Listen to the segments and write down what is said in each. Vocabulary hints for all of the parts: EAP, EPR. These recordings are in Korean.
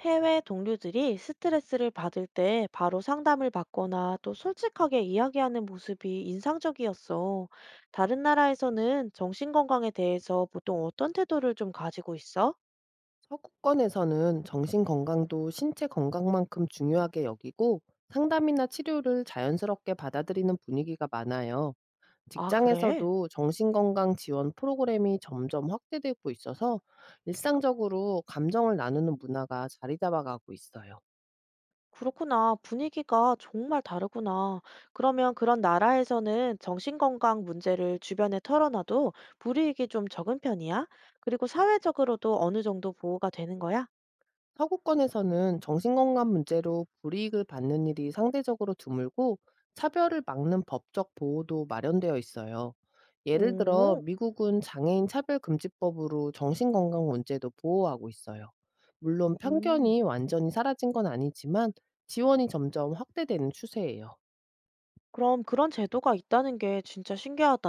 해외 동료들이 스트레스를 받을 때 바로 상담을 받거나 또 솔직하게 이야기하는 모습이 인상적이었어. 다른 나라에서는 정신건강에 대해서 보통 어떤 태도를 좀 가지고 있어? 서구권에서는 정신 건강도 신체 건강만큼 중요하게 여기고 상담이나 치료를 자연스럽게 받아들이는 분위기가 많아요. 아, 그래? 직장에서도 정신건강 지원 프로그램이 점점 확대되고 있어서 일상적으로 감정을 나누는 문화가 자리 잡아가고 있어요. 그렇구나. 분위기가 정말 다르구나. 그러면 그런 나라에서는 정신건강 문제를 주변에 털어놔도 불이익이 좀 적은 편이야? 그리고 사회적으로도 어느 정도 보호가 되는 거야? 서구권에서는 정신건강 문제로 불이익을 받는 일이 상대적으로 드물고 차별을 막는 법적 보호도 마련되어 있어요. 예를 들어 오, 미국은 장애인 차별금지법으로 정신건강 문제도 보호하고 있어요. 물론 음. 편견이 완전히 사라진 건 아니지만 지원이 점점 확대되는 추세예요. 그럼 그런 제도가 있다는 게 진짜 신기하다.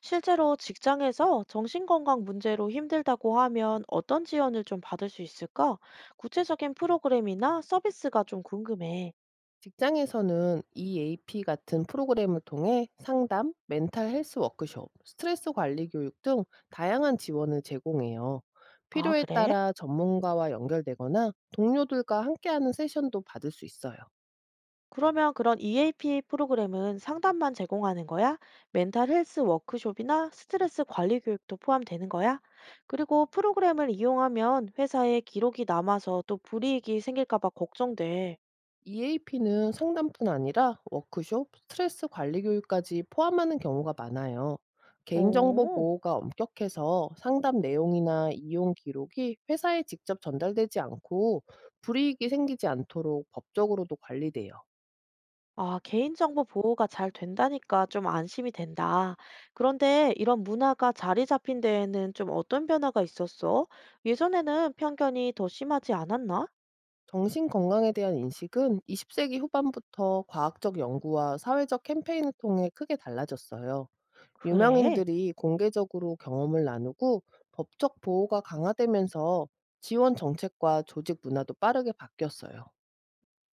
실제로 직장에서 정신건강 문제로 힘들다고 하면 어떤 지원을 좀 받을 수 있을까? 구체적인 프로그램이나 서비스가 좀 궁금해. 직장에서는 EAP 같은 프로그램을 통해 상담, 멘탈 헬스 워크숍, 스트레스 관리 교육 등 다양한 지원을 제공해요. 아, 필요에 그래? 따라 전문가와 연결되거나 동료들과 함께하는 세션도 받을 수 있어요. 그러면 그런 EAP 프로그램은 상담만 제공하는 거야? 멘탈 헬스 워크숍이나 스트레스 관리 교육도 포함되는 거야? 그리고 프로그램을 이용하면 회사에 기록이 남아서 또 불이익이 생길까 봐 걱정돼. EAP는 상담뿐 아니라 워크숍, 스트레스 관리 교육까지 포함하는 경우가 많아요. 개인정보 어. 보호가 엄격해서 상담 내용이나 이용 기록이 회사에 직접 전달되지 않고 불이익이 생기지 않도록 법적으로도 관리돼요. 아, 개인정보 보호가 잘 된다니까 좀 안심이 된다. 그런데 이런 문화가 자리 잡힌 데에는 좀 어떤 변화가 있었어? 예전에는 편견이 더 심하지 않았나? 정신 건강에 대한 인식은 20세기 후반부터 과학적 연구와 사회적 캠페인을 통해 크게 달라졌어요. 그래. 유명인들이 공개적으로 경험을 나누고 법적 보호가 강화되면서 지원 정책과 조직 문화도 빠르게 바뀌었어요.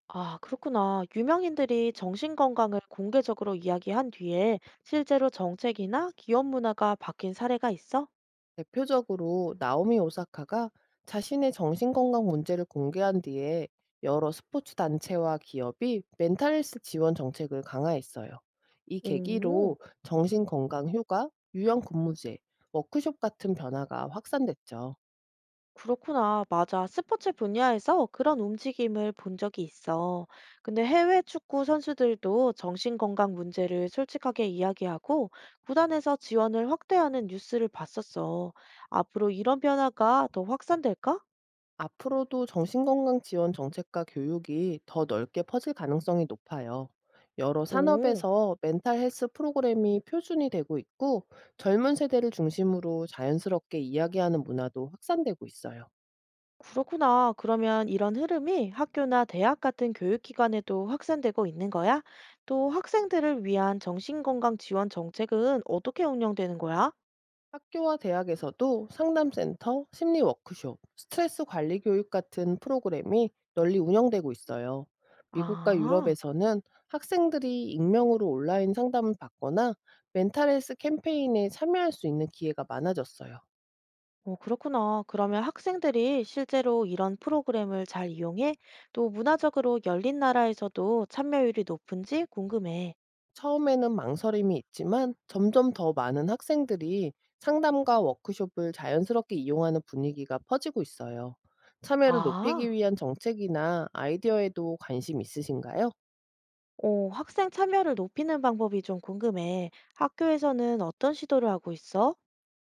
아, 그렇구나. 유명인들이 정신건강을 공개적으로 이야기한 뒤에 실제로 정책이나 기업 문화가 바뀐 사례가 있어? 대표적으로 나오미 오사카가 자신의 정신건강 문제를 공개한 뒤에 여러 스포츠 단체와 기업이 멘탈 헬스 지원 정책을 강화했어요. 이 오. 계기로 정신건강 휴가, 유연 근무제, 워크숍 같은 변화가 확산됐죠. 그렇구나. 맞아. 스포츠 분야에서 그런 움직임을 본 적이 있어. 근데 해외 축구 선수들도 정신건강 문제를 솔직하게 이야기하고 구단에서 지원을 확대하는 뉴스를 봤었어. 앞으로 이런 변화가 더 확산될까? 앞으로도 정신건강 지원 정책과 교육이 더 넓게 퍼질 가능성이 높아요. 여러 오, 산업에서 멘탈 헬스 프로그램이 표준이 되고 있고 젊은 세대를 중심으로 자연스럽게 이야기하는 문화도 확산되고 있어요. 그렇구나. 그러면 이런 흐름이 학교나 대학 같은 교육기관에도 확산되고 있는 거야? 또 학생들을 위한 정신건강 지원 정책은 어떻게 운영되는 거야? 학교와 대학에서도 상담센터, 심리 워크숍, 스트레스 관리 교육 같은 프로그램이 널리 운영되고 있어요. 미국과 아. 유럽에서는 학생들이 익명으로 온라인 상담을 받거나 멘탈 헬스 캠페인에 참여할 수 있는 기회가 많아졌어요. 오 그렇구나. 그러면 학생들이 실제로 이런 프로그램을 잘 이용해 또 문화적으로 열린 나라에서도 참여율이 높은지 궁금해. 처음에는 망설임이 있지만 점점 더 많은 학생들이 상담과 워크숍을 자연스럽게 이용하는 분위기가 퍼지고 있어요. 참여를 아, 높이기 위한 정책이나 아이디어에도 관심 있으신가요? 오 학생 참여를 높이는 방법이 좀 궁금해. 학교에서는 어떤 시도를 하고 있어?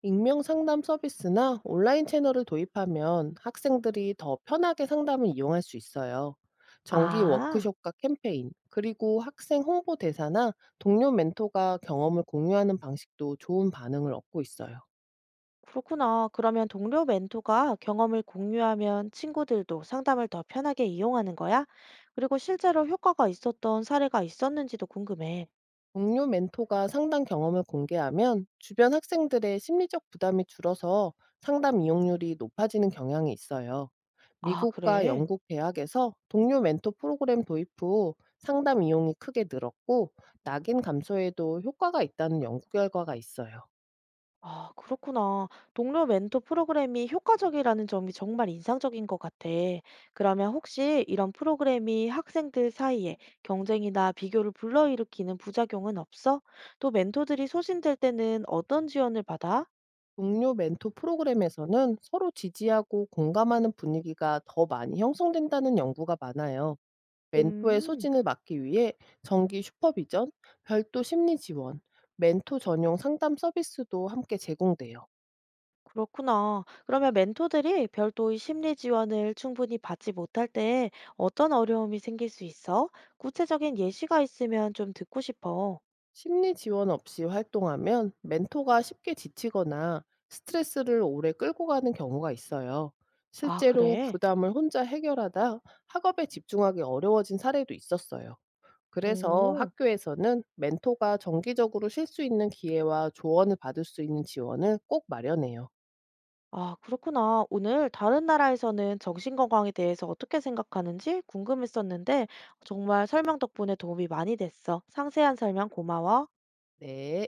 익명 상담 서비스나 온라인 채널을 도입하면 학생들이 더 편하게 상담을 이용할 수 있어요. 정기 아, 워크숍과 캠페인, 그리고 학생 홍보 대사나 동료 멘토가 경험을 공유하는 방식도 좋은 반응을 얻고 있어요. 그렇구나. 그러면 동료 멘토가 경험을 공유하면 친구들도 상담을 더 편하게 이용하는 거야? 그리고 실제로 효과가 있었던 사례가 있었는지도 궁금해. 동료 멘토가 상담 경험을 공개하면 주변 학생들의 심리적 부담이 줄어서 상담 이용률이 높아지는 경향이 있어요. 아, 미국과 그래. 영국 대학에서 동료 멘토 프로그램 도입 후 상담 이용이 크게 늘었고 낙인 감소에도 효과가 있다는 연구 결과가 있어요. 아, 그렇구나. 동료 멘토 프로그램이 효과적이라는 점이 정말 인상적인 것 같아. 그러면 혹시 이런 프로그램이 학생들 사이에 경쟁이나 비교를 불러일으키는 부작용은 없어? 또 멘토들이 소진될 때는 어떤 지원을 받아? 동료 멘토 프로그램에서는 서로 지지하고 공감하는 분위기가 더 많이 형성된다는 연구가 많아요. 멘토의 음, 소진을 막기 위해 정기 슈퍼비전, 별도 심리 지원, 멘토 전용 상담 서비스도 함께 제공돼요. 그렇구나. 그러면 멘토들이 별도의 심리 지원을 충분히 받지 못할 때 어떤 어려움이 생길 수 있어? 구체적인 예시가 있으면 좀 듣고 싶어. 심리 지원 없이 활동하면 멘토가 쉽게 지치거나 스트레스를 오래 끌고 가는 경우가 있어요. 아, 실제로 그래? 부담을 혼자 해결하다 학업에 집중하기 어려워진 사례도 있었어요. 그래서 오. 학교에서는 멘토가 정기적으로 쉴 수 있는 기회와 조언을 받을 수 있는 지원을 꼭 마련해요. 아, 그렇구나. 오늘 다른 나라에서는 정신건강에 대해서 어떻게 생각하는지 궁금했었는데 정말 설명 덕분에 도움이 많이 됐어. 상세한 설명 고마워. 네.